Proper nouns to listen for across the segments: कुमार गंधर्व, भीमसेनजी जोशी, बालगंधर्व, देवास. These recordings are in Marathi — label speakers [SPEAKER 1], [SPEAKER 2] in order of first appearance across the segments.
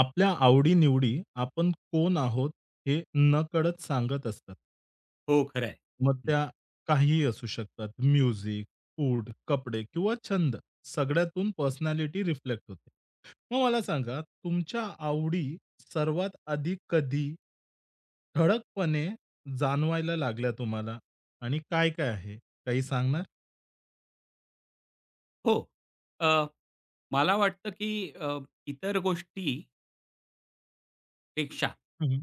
[SPEAKER 1] आपल्या आवडी-निवडी आपण कोण आहोत हे नकळत सांगत असतात.
[SPEAKER 2] हो, खरं आहे.
[SPEAKER 1] मग
[SPEAKER 2] हं.
[SPEAKER 1] त्या काहीही असू शकतात. म्युझिक, फूड, कपडे किंवा छंद सगळ्यातून पर्सनॅलिटी रिफ्लेक्ट होते. मग मला सांगा तुमच्या आवडी सर्वात आधी कधी ठळकपणे जाणवायला लागल्या तुम्हाला? आणि काय-काय आहे? काही सांगणार?
[SPEAKER 2] हो, अ, मला वाटतं की इतर गोष्टीपेक्षा
[SPEAKER 1] हं, हं.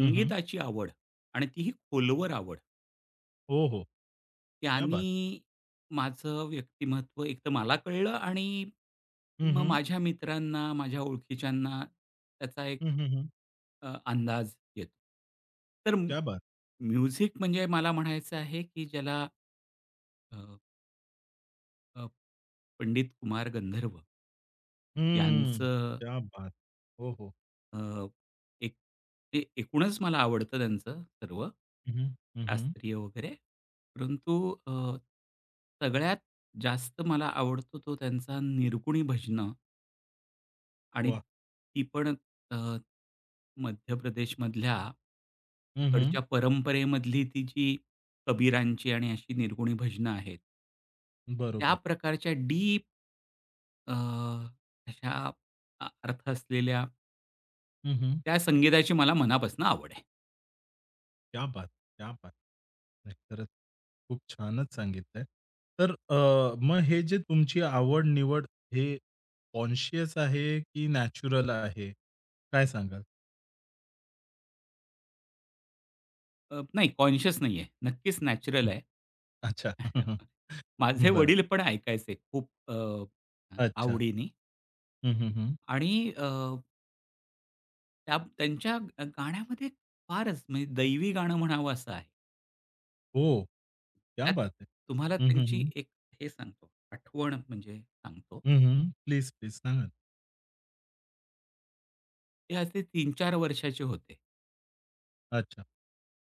[SPEAKER 1] हं,
[SPEAKER 2] आवड आणि तीही खोलवर आवड,
[SPEAKER 1] हो, हो. क्या
[SPEAKER 2] त्यानी
[SPEAKER 1] बात!
[SPEAKER 2] माझं व्यक्तिमत्व एकतर मला कळलं आणि
[SPEAKER 1] हं,
[SPEAKER 2] मग
[SPEAKER 1] हं.
[SPEAKER 2] माझ्या मित्रांना, माझ्या ओळखीच्यांना त्याचा एक
[SPEAKER 1] हं, हं, हं.
[SPEAKER 2] अंदाज येतो. तर
[SPEAKER 1] क्या बात!
[SPEAKER 2] म्युझिक म्हणजे मला म्हणायचं आहे की ज्याला अ, अ, पंडित कुमार गंधर्व
[SPEAKER 1] हम्म.
[SPEAKER 2] यांचं,
[SPEAKER 1] क्या बात! हो, हो.
[SPEAKER 2] अ, एक ते एकूणच मला आवडतं त्यांचं सर्व,
[SPEAKER 1] हं. हं, हं.
[SPEAKER 2] शास्त्रीय वगैरे. परंतु अ, सगळ्यात जास्त मला आवडतो तो त्यांचा निरगुणी भजनं आणि
[SPEAKER 1] वाह!
[SPEAKER 2] ती पण अ, मध्य प्रदेशमधल्या
[SPEAKER 1] हं, हं.
[SPEAKER 2] तिकडच्या परंपरेमधली ती जी कबीरांची आणि अशी निर्गुणी भजनं आहेत. त्या
[SPEAKER 1] बरोबर.
[SPEAKER 2] प्रकारच्या डीप, अ, अशा, अर्थ असलेल्या
[SPEAKER 1] हं, हं.
[SPEAKER 2] त्या संगीताची मला मनापासून आवड आहे.
[SPEAKER 1] क्या बात! क्या बात! नाही, खरंच खूप छानच सांगितलंय. तर मग हे जे तुमची आवड-निवड हे कॉन्शियस आहे की नॅचरल आहे? काय सांगाल?
[SPEAKER 2] नाही कॉन्शियस नाहीये. नक्कीच नॅचरल
[SPEAKER 1] हं.
[SPEAKER 2] आहे.
[SPEAKER 1] अच्छा. हं,
[SPEAKER 2] माझे
[SPEAKER 1] हं. बरं.
[SPEAKER 2] वडील पण ऐकायचे खूप
[SPEAKER 1] अच्छा.
[SPEAKER 2] आवडीने.
[SPEAKER 1] हं, हं, हं.
[SPEAKER 2] आणि त्या त्यांच्या गाण्यामध्ये फारच म्हणजे दैवी गाणं म्हणावं असं आहे.
[SPEAKER 1] ओह! क्या
[SPEAKER 2] त्यात
[SPEAKER 1] बात है!
[SPEAKER 2] तुम्हाला
[SPEAKER 1] हं, हं,
[SPEAKER 2] त्यांची
[SPEAKER 1] हं.
[SPEAKER 2] एक, हे सांगतो, आठवण म्हणजे सांगतो.
[SPEAKER 1] हं, हं. प्लीज, प्लीज सांगा ना.
[SPEAKER 2] ते असे 3-4 वर्षाचे होते
[SPEAKER 1] अच्छा.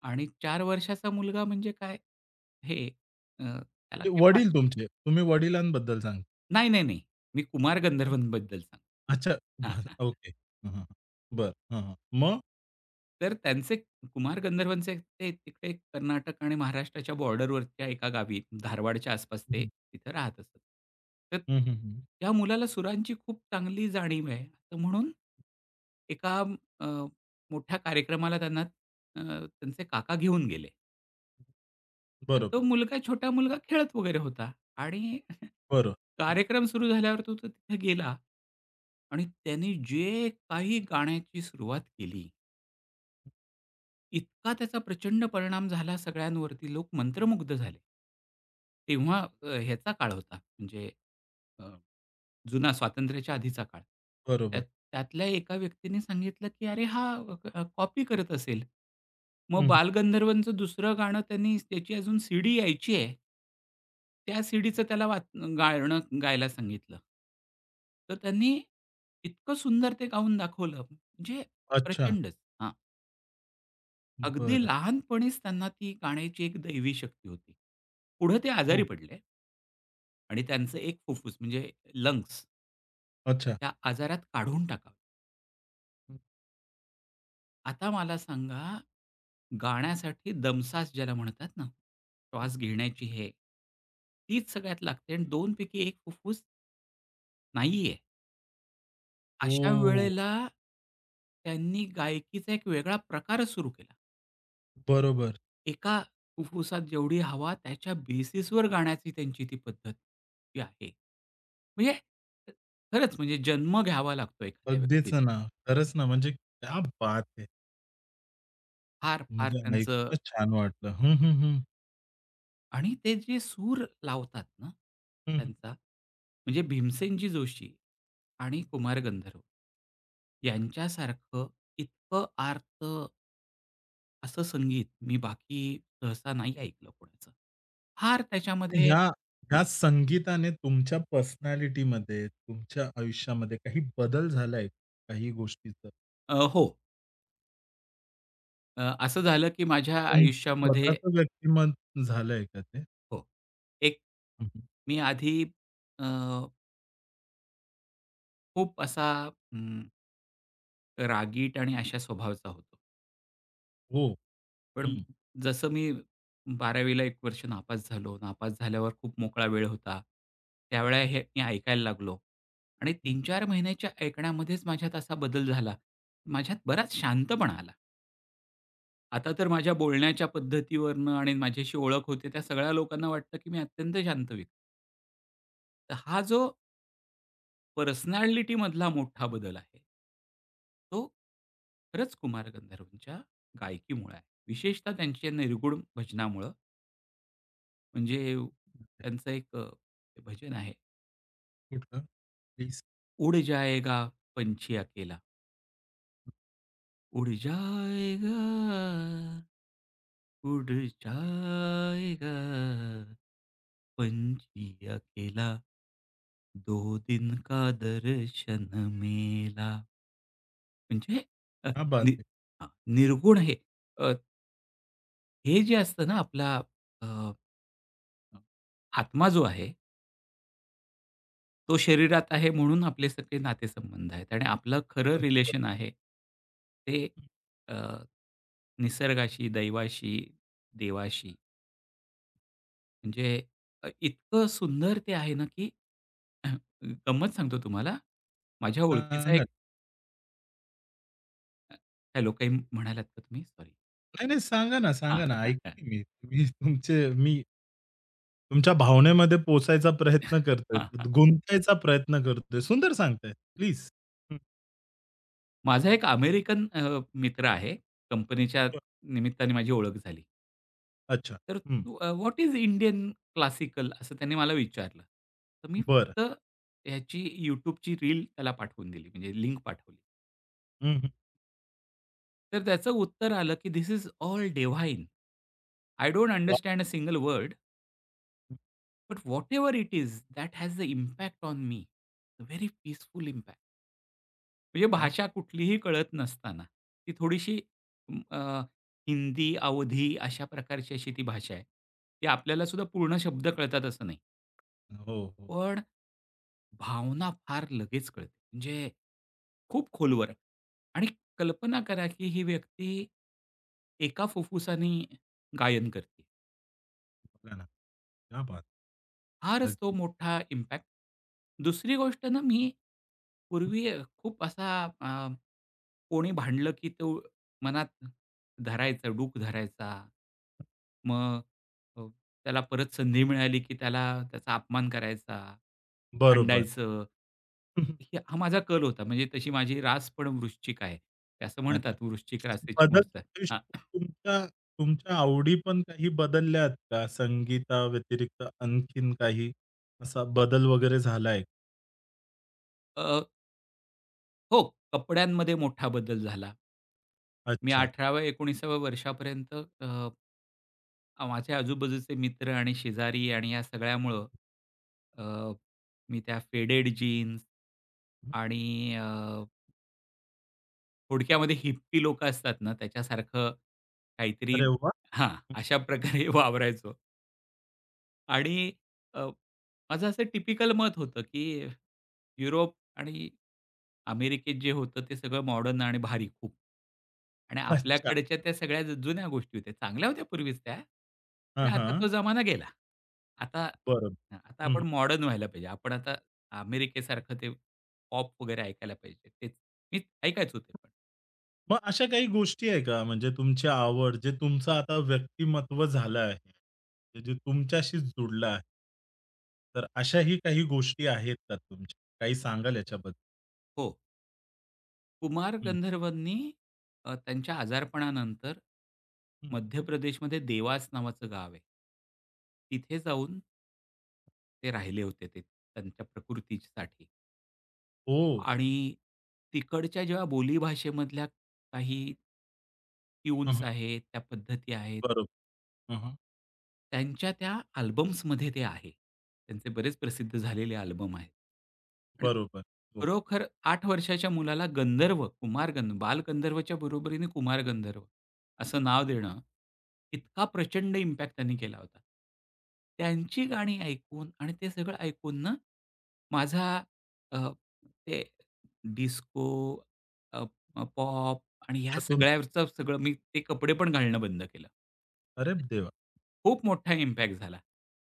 [SPEAKER 2] आणि 4 वर्षाचा मुलगा म्हणजे काय हे, त्याला
[SPEAKER 1] ते
[SPEAKER 2] काही फार
[SPEAKER 1] वडील तुमचे, तुम्ही वडिलांबद्दल सांगता
[SPEAKER 2] नाही, नाही, नाही. मी कुमार
[SPEAKER 1] का?
[SPEAKER 2] गंधर्वांबद्दल सांगतो.
[SPEAKER 1] अच्छा. बरं. ओके. हां, हां. बरं. हां, हां. मग?
[SPEAKER 2] तर त्यांचे, कुमार गंधर्वांचे, ते तिकडे कर्नाटक आणि महाराष्ट्राच्या बॉर्डरवरच्या एका गावी धारवाडच्या आसपास
[SPEAKER 1] हं,
[SPEAKER 2] ते
[SPEAKER 1] हं.
[SPEAKER 2] तिथं राहत असत. तर
[SPEAKER 1] हं, हं, हं.
[SPEAKER 2] त्या मुलाला सुरांची खूप चांगली जाणीव आहे. तर म्हणून एका अ, मोठ्या कार्यक्रमाला त्यांना त्यांचे काका घेऊन गेले. तर तो
[SPEAKER 1] बरोबर.
[SPEAKER 2] मुलगा, छोटा मुलगा खेळत वगैरे होता आणि
[SPEAKER 1] बरं. हं.
[SPEAKER 2] कार्यक्रम सुरू झाल्यावर तो तो तिथे गेला आणि त्याने जे काही गाण्याची सुरुवात केली, इतका त्याचा प्रचंड परिणाम झाला सगळ्यांवरती, लोक मंत्रमुग्ध झाले. तेव्हा, ह्याचा काळ होता म्हणजे अ, जुना स्वातंत्र्याच्या आधीचा काळ. त्यात
[SPEAKER 1] बरोबर.
[SPEAKER 2] त्यातल्या एका व्यक्तीने सांगितलं, की "अरे हा कॉपी करत असेल." मग
[SPEAKER 1] हं, हं.
[SPEAKER 2] बालगंधर्वांचं दुसरं गाणं, त्यांनी त्याची अजून सीडी यायची आहे, त्या सीडीचं त्याला गाणं गायला सांगितलं. तर त्यांनी इतकं सुंदर ते गाऊन दाखवलं म्हणजे
[SPEAKER 1] अच्छा.
[SPEAKER 2] प्रचंडच. हां. अगदी
[SPEAKER 1] बरं.
[SPEAKER 2] लहानपणीच त्यांना ती गाण्याची एक दैवी शक्ती होती. पुढे ते आजारी
[SPEAKER 1] हो.
[SPEAKER 2] पडले आणि त्यांचं एक फुफ्फुस म्हणजे लंग्स
[SPEAKER 1] अच्छा.
[SPEAKER 2] त्या आजारात काढून टाकावं.
[SPEAKER 1] हं,
[SPEAKER 2] आता मला सांगा, गाण्यासाठी दमसास ज्याला म्हणतात ना,
[SPEAKER 1] हं.
[SPEAKER 2] श्वास घेण्याची हे, तीच सगळ्यात लागते, आणि 2 पैकी फुफ्फुस नाहीये. अशा
[SPEAKER 1] हो.
[SPEAKER 2] वेळेला त्यांनी गायकीचा एक वेगळा प्रकारच सुरू केला.
[SPEAKER 1] बरोबर.
[SPEAKER 2] एका फुफ्फुसात जेवढी हवा, त्याच्या बेसिसवर गाण्याची त्यांची ती पद्धत जी आहे, म्हणजे खरंच म्हणजे जन्म घ्यावा लागतो एखाद्या
[SPEAKER 1] अगदीच
[SPEAKER 2] व्यक्तीने.
[SPEAKER 1] ना. खरंच ना, म्हणजे क्या बात है!
[SPEAKER 2] फार-फार
[SPEAKER 1] म्हणजे
[SPEAKER 2] त्यांचं,
[SPEAKER 1] ऐकूनच छान वाटलं. हं, हं, हं.
[SPEAKER 2] आणि ते जे सूर लावतात ना
[SPEAKER 1] हं, हं,
[SPEAKER 2] त्यांचा, म्हणजे भीमसेनजी जोशी आणि
[SPEAKER 1] हं.
[SPEAKER 2] कुमार गंधर्व यांच्यासारखं इतकं आर्त असं संगीत मी बाकी सहसा नाही ऐकलं कोणाचं. फार त्याच्यामध्ये.
[SPEAKER 1] ह्या ह्या संगीताने तुमच्या पर्सनॅलिटीमध्ये, तुमच्या आयुष्यामध्ये काही बदल झालाय? काही गोष्टीचा?
[SPEAKER 2] हो. असं झालं की माझ्या
[SPEAKER 1] तुमचं
[SPEAKER 2] आयुष्यामध्ये,
[SPEAKER 1] स्वतःचं व्यक्तिमत्व झालंय का ते?
[SPEAKER 2] हो, एक,
[SPEAKER 1] हं, हं.
[SPEAKER 2] मी आधी अ, खूप असा अं, रागीट आणि अशा स्वभावाचा होतो.
[SPEAKER 1] हो.
[SPEAKER 2] पण
[SPEAKER 1] हं.
[SPEAKER 2] जसं मी 12वी एक वर्ष नापास झालो. नापास झाल्यावर खूप मोकळा वेळ होता. त्यावेळेला हे मी ऐकायला लागलो आणि
[SPEAKER 1] हं.
[SPEAKER 2] 3-4 महिन्याच्या ऐकण्यामध्येच माझ्यात असा बदल झाला. माझ्यात बराच शांतपणा आला. आता तर माझ्या बोलण्याच्या पद्धतीवरून आणि माझ्याशी ओळख होते त्या सगळ्या लोकांना वाटतं की मी अत्यंत शांत व्यक्ती. तर हा जो पर्सनॅलिटीमधला मोठा बदल आहे, तो खरंच कुमार गंधर्वांच्या गायकीमुळे आहे. विशेषतः त्यांच्या निर्गुण भजनामुळं. म्हणजे त्यांचं एक भजन आहे.
[SPEAKER 1] कुठलं? प्लीज.
[SPEAKER 2] उड जाएगा पंछी अकेला, उड जाएगा, उड जाएगा, पंछी अकेला, 2 दिन का दर्शन मेला. म्हणजे, अ,
[SPEAKER 1] क्या बात
[SPEAKER 2] नि
[SPEAKER 1] है!
[SPEAKER 2] हां, निर्गुण हे, अ, हे जे असतं ना, आपला अ, आत्मा जो आहे, तो शरीरात आहे म्हणून आपले सगळे नातेसंबंध आहेत, आणि आपलं खरं रिलेशन आहे, ते अ, निसर्गाशी, दैवाशी, देवाशी. म्हणजे इतकं सुंदर ते आहे ना, की गंमत सांगतो तुम्हाला, माझ्या ओळखीचा एक,
[SPEAKER 1] सांगा.
[SPEAKER 2] हॅलो, काही म्हणालात का तुम्ही? सॉरी.
[SPEAKER 1] नाही, नाही. सांगा ना, सांगा ना.
[SPEAKER 2] हां, हां.
[SPEAKER 1] ऐकतोय मी. मी तुमचे मी तुमच्या भावनेमध्ये पोहोचायचा प्रयत्न करतोय.
[SPEAKER 2] हां.
[SPEAKER 1] गुंतायचा प्रयत्न करतोय. सुंदर सांगताय. प्लीज. हं,
[SPEAKER 2] माझा एक अमेरिकन मित्र आहे. कंपनीच्या
[SPEAKER 1] बरं.
[SPEAKER 2] निमित्ताने माझी ओळख झाली.
[SPEAKER 1] अच्छा.
[SPEAKER 2] तर
[SPEAKER 1] हं.
[SPEAKER 2] तू "व्हॉट इस इंडियन क्लासिकल?" असं त्याने मला विचारलं. तर मी
[SPEAKER 1] बरं.
[SPEAKER 2] फक्त ह्याची YouTubeची रील त्याला पाठवून दिली, म्हणजे लिंक पाठवली.
[SPEAKER 1] हं, हं.
[SPEAKER 2] तर त्याचं उत्तर आलं, की "this is all divine. I don't
[SPEAKER 1] वाह!
[SPEAKER 2] Understand a single word, but whatever it is, that has the impact on me. Very peaceful impact." म्हणजे
[SPEAKER 1] क्या
[SPEAKER 2] भाषा
[SPEAKER 1] बात
[SPEAKER 2] कुठलीही कळत नसताना, ती थोडीशी म, अ, हिंदी, अवधी अशा प्रकारची अशी ती भाषा आहे. ती आपल्याला सुद्धा पूर्ण शब्द कळतात असं नाही.
[SPEAKER 1] है. हो, हो.
[SPEAKER 2] पण भावना फार लगेच कळते. म्हणजे खूप खोलवर. आणि कल्पना करा, की ही व्यक्ती एका फुफ्फुसाने गायन करते.
[SPEAKER 1] बघा ना. क्या बात है.
[SPEAKER 2] फारच तो
[SPEAKER 1] अगदी.
[SPEAKER 2] मोठा इम्पॅक्ट. दुसरी गोष्ट ना, मी पूर्वी खूप असा, कोणी भांडलं की तो मनात धरायचं, डूख धरायचा. मग अ, त्याला परत संधी मिळाली की त्याला त्याचा अपमान करायचा,
[SPEAKER 1] बरोबर.
[SPEAKER 2] भांडायचं.
[SPEAKER 1] हं,
[SPEAKER 2] हे हा माझा कल होता. म्हणजे तशी माझी रास पण वृश्चिक आहे. ते असं
[SPEAKER 1] अच्छा.
[SPEAKER 2] म्हणतात वृश्चिक रासेची
[SPEAKER 1] बदल
[SPEAKER 2] माणसं. हां.
[SPEAKER 1] तुमच्या तुमच्या आवडी पण काही बदलल्यात का? संगीताव्यतिरिक्त आणखीन काही असा बदल वगैरे झालाय?
[SPEAKER 2] अ, हो, कपड्यांमध्ये मोठा बदल झाला. मी
[SPEAKER 1] अच्छा.
[SPEAKER 2] 18व्या 19व्या वर्षापर्यंत अ अ, माझ्या आजूबाजूचे मित्र आणि शेजारी आणि या सगळ्यामुळं अ, मी त्या फेडेड जीन्स आणि थोडक्यामध्ये हिप्पी लोकं असतात ना, त्याच्यासारखं काहीतरी,
[SPEAKER 1] अरे वाह!
[SPEAKER 2] हां, अशा प्रकारे वावरायचो. आणि अ, माझं असं टिपिकल मत होतं, की युरोप आणि अमेरिकेत जे होतं ते सगळं मॉडर्न आणि भारी खूप. आणि
[SPEAKER 1] अच्छा.
[SPEAKER 2] आपल्याकडच्या त्या सगळ्या जुन्या गोष्टी होत्या. चांगल्या होत्या पूर्वीच त्या. पण
[SPEAKER 1] हां,
[SPEAKER 2] आता
[SPEAKER 1] हां.
[SPEAKER 2] तो जमाना गेला. आता
[SPEAKER 1] बरोबर.
[SPEAKER 2] आता
[SPEAKER 1] हं, हं.
[SPEAKER 2] आपण मॉडर्न व्हायला पाहिजे. आपण आता अमेरिकेसारखं ते पॉप वगैरे ऐकायला पाहिजे. तेच मी ऐकायचो ते पण.
[SPEAKER 1] मग अशा काही गोष्टी आहे का म्हणजे तुमची आवड जे तुमचं आता व्यक्तिमत्व झालं आहे, ते जे तुमच्याशीच जुडलं आहे? तर अशाही काही गोष्टी आहेत का तुमच्या? काही सांगाल याच्याबद्दल?
[SPEAKER 2] हो. कुमार
[SPEAKER 1] हं,
[SPEAKER 2] गंधर्वांनी त्यांच्या आजारपणानंतर,
[SPEAKER 1] हं.
[SPEAKER 2] मध्य प्रदेशमध्ये देवास नावाचं गाव आहे, तिथे जाऊन ते राहिले होते, ते त्यांच्या प्रकृतीसाठी.
[SPEAKER 1] ओह!
[SPEAKER 2] आणि तिकडच्या जेव्हा बोलीभाषेमधल्या काही
[SPEAKER 1] हं,
[SPEAKER 2] ट्यून्स
[SPEAKER 1] हं.
[SPEAKER 2] आहेत, त्या पद्धती आहेत,
[SPEAKER 1] बरोबर. हं, हं.
[SPEAKER 2] त्यांच्या त्या अल्बम्समध्ये ते आहे. त्यांचे बरेच प्रसिद्ध झालेले अल्बम आहेत. आणि
[SPEAKER 1] बरोबर. हो.
[SPEAKER 2] खरोखर 8 वर्षाच्या मुलाला गंधर्व, कुमार गंध, बालगंधर्वच्या बरोबरीने कुमार गंधर्व असं नाव देणं, इतका प्रचंड इम्पॅक्ट त्यांनी केला होता. त्यांची गाणी ऐकून आणि ते सगळं ऐकून ना, माझा अ, ते डिस्को, अ, अ, पॉप आणि ह्या
[SPEAKER 1] त्यातून
[SPEAKER 2] सगळ्यावरचं सगळं, मी ते कपडे पण घालणं बंद केलं.
[SPEAKER 1] अरे देवा!
[SPEAKER 2] खूप मोठा इम्पॅक्ट झाला.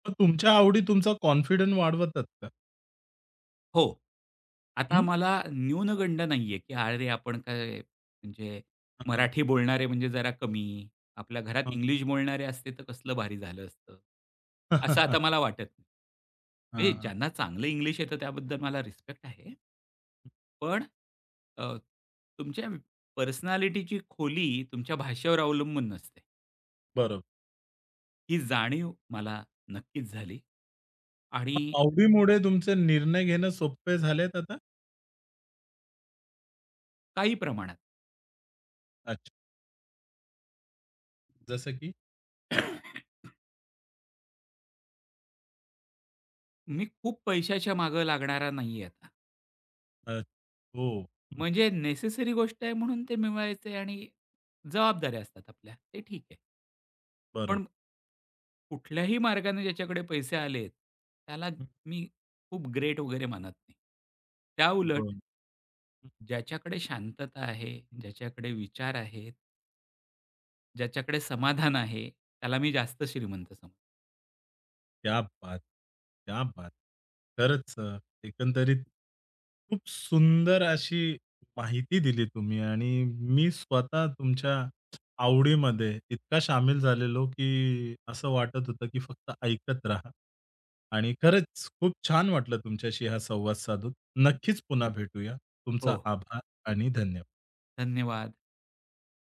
[SPEAKER 1] मग तुमच्या आवडी तुमचा कॉन्फिडन्स वाढवतात का?
[SPEAKER 2] हो. आता
[SPEAKER 1] हं?
[SPEAKER 2] मला न्यूनगंड नाहीये, की अरे, आपण काय म्हणजे
[SPEAKER 1] हं,
[SPEAKER 2] मराठी बोलणारे म्हणजे जरा कमी, आपल्या घरात
[SPEAKER 1] हं.
[SPEAKER 2] इंग्लिश बोलणारे असते तर कसलं भारी झालं असतं. असं आता मला वाटत नाही. म्हणजे
[SPEAKER 1] हां, हां.
[SPEAKER 2] ज्यांना चांगलं इंग्लिश येतं त्याबद्दल मला रिस्पेक्ट आहे. पण अ, तुमच्या पर्सनॅलिटीची खोली तुमच्या भाषेवर अवलंबून नसते.
[SPEAKER 1] बरोबर.
[SPEAKER 2] ही जाणीव मला नक्कीच झाली. आणि
[SPEAKER 1] मग आवडीमुळे तुमचे निर्णय घेणं सोपे झालेत आता?
[SPEAKER 2] काही प्रमाणात.
[SPEAKER 1] अच्छा. जसं की?
[SPEAKER 2] मी खूप पैशाच्या मागं लागणारा नाही आता.
[SPEAKER 1] अ, हो. हं,
[SPEAKER 2] म्हणजे नेसेसरी गोष्ट आहे म्हणून ते मिळवायचंय, आणि जबाबदाऱ्या असतात आपल्या, ते ठीक आहे.
[SPEAKER 1] बरोबर.
[SPEAKER 2] पण कुठल्याही मार्गाने ज्याच्याकडे पैसे आलेत, त्याला
[SPEAKER 1] हं.
[SPEAKER 2] मी खूप ग्रेट वगैरे मानत नाही. त्या उलट,
[SPEAKER 1] बरं. हं.
[SPEAKER 2] ज्याच्याकडे शांतता आहे, ज्याच्याकडे विचार आहेत, ज्याच्याकडे समाधान आहे, त्याला मी जास्त श्रीमंत समजतो.
[SPEAKER 1] क्या बात! क्या बात! खरंच एकंदरीत खूप सुंदर अशी माहिती दिली तुम्ही आणि मी स्वतः तुमच्या आवडीमध्ये इतका सामील झालेलो, की असं वाटत होतं, की फक्त ऐकत राहा. आणि खरंच खूप छान वाटलं तुमच्याशी हा संवाद साधून. नक्कीच पुन्हा भेटूया.
[SPEAKER 2] हो,
[SPEAKER 1] तुमचा
[SPEAKER 2] हो.
[SPEAKER 1] आभार आणि धन्यवाद.
[SPEAKER 2] धन्यवाद.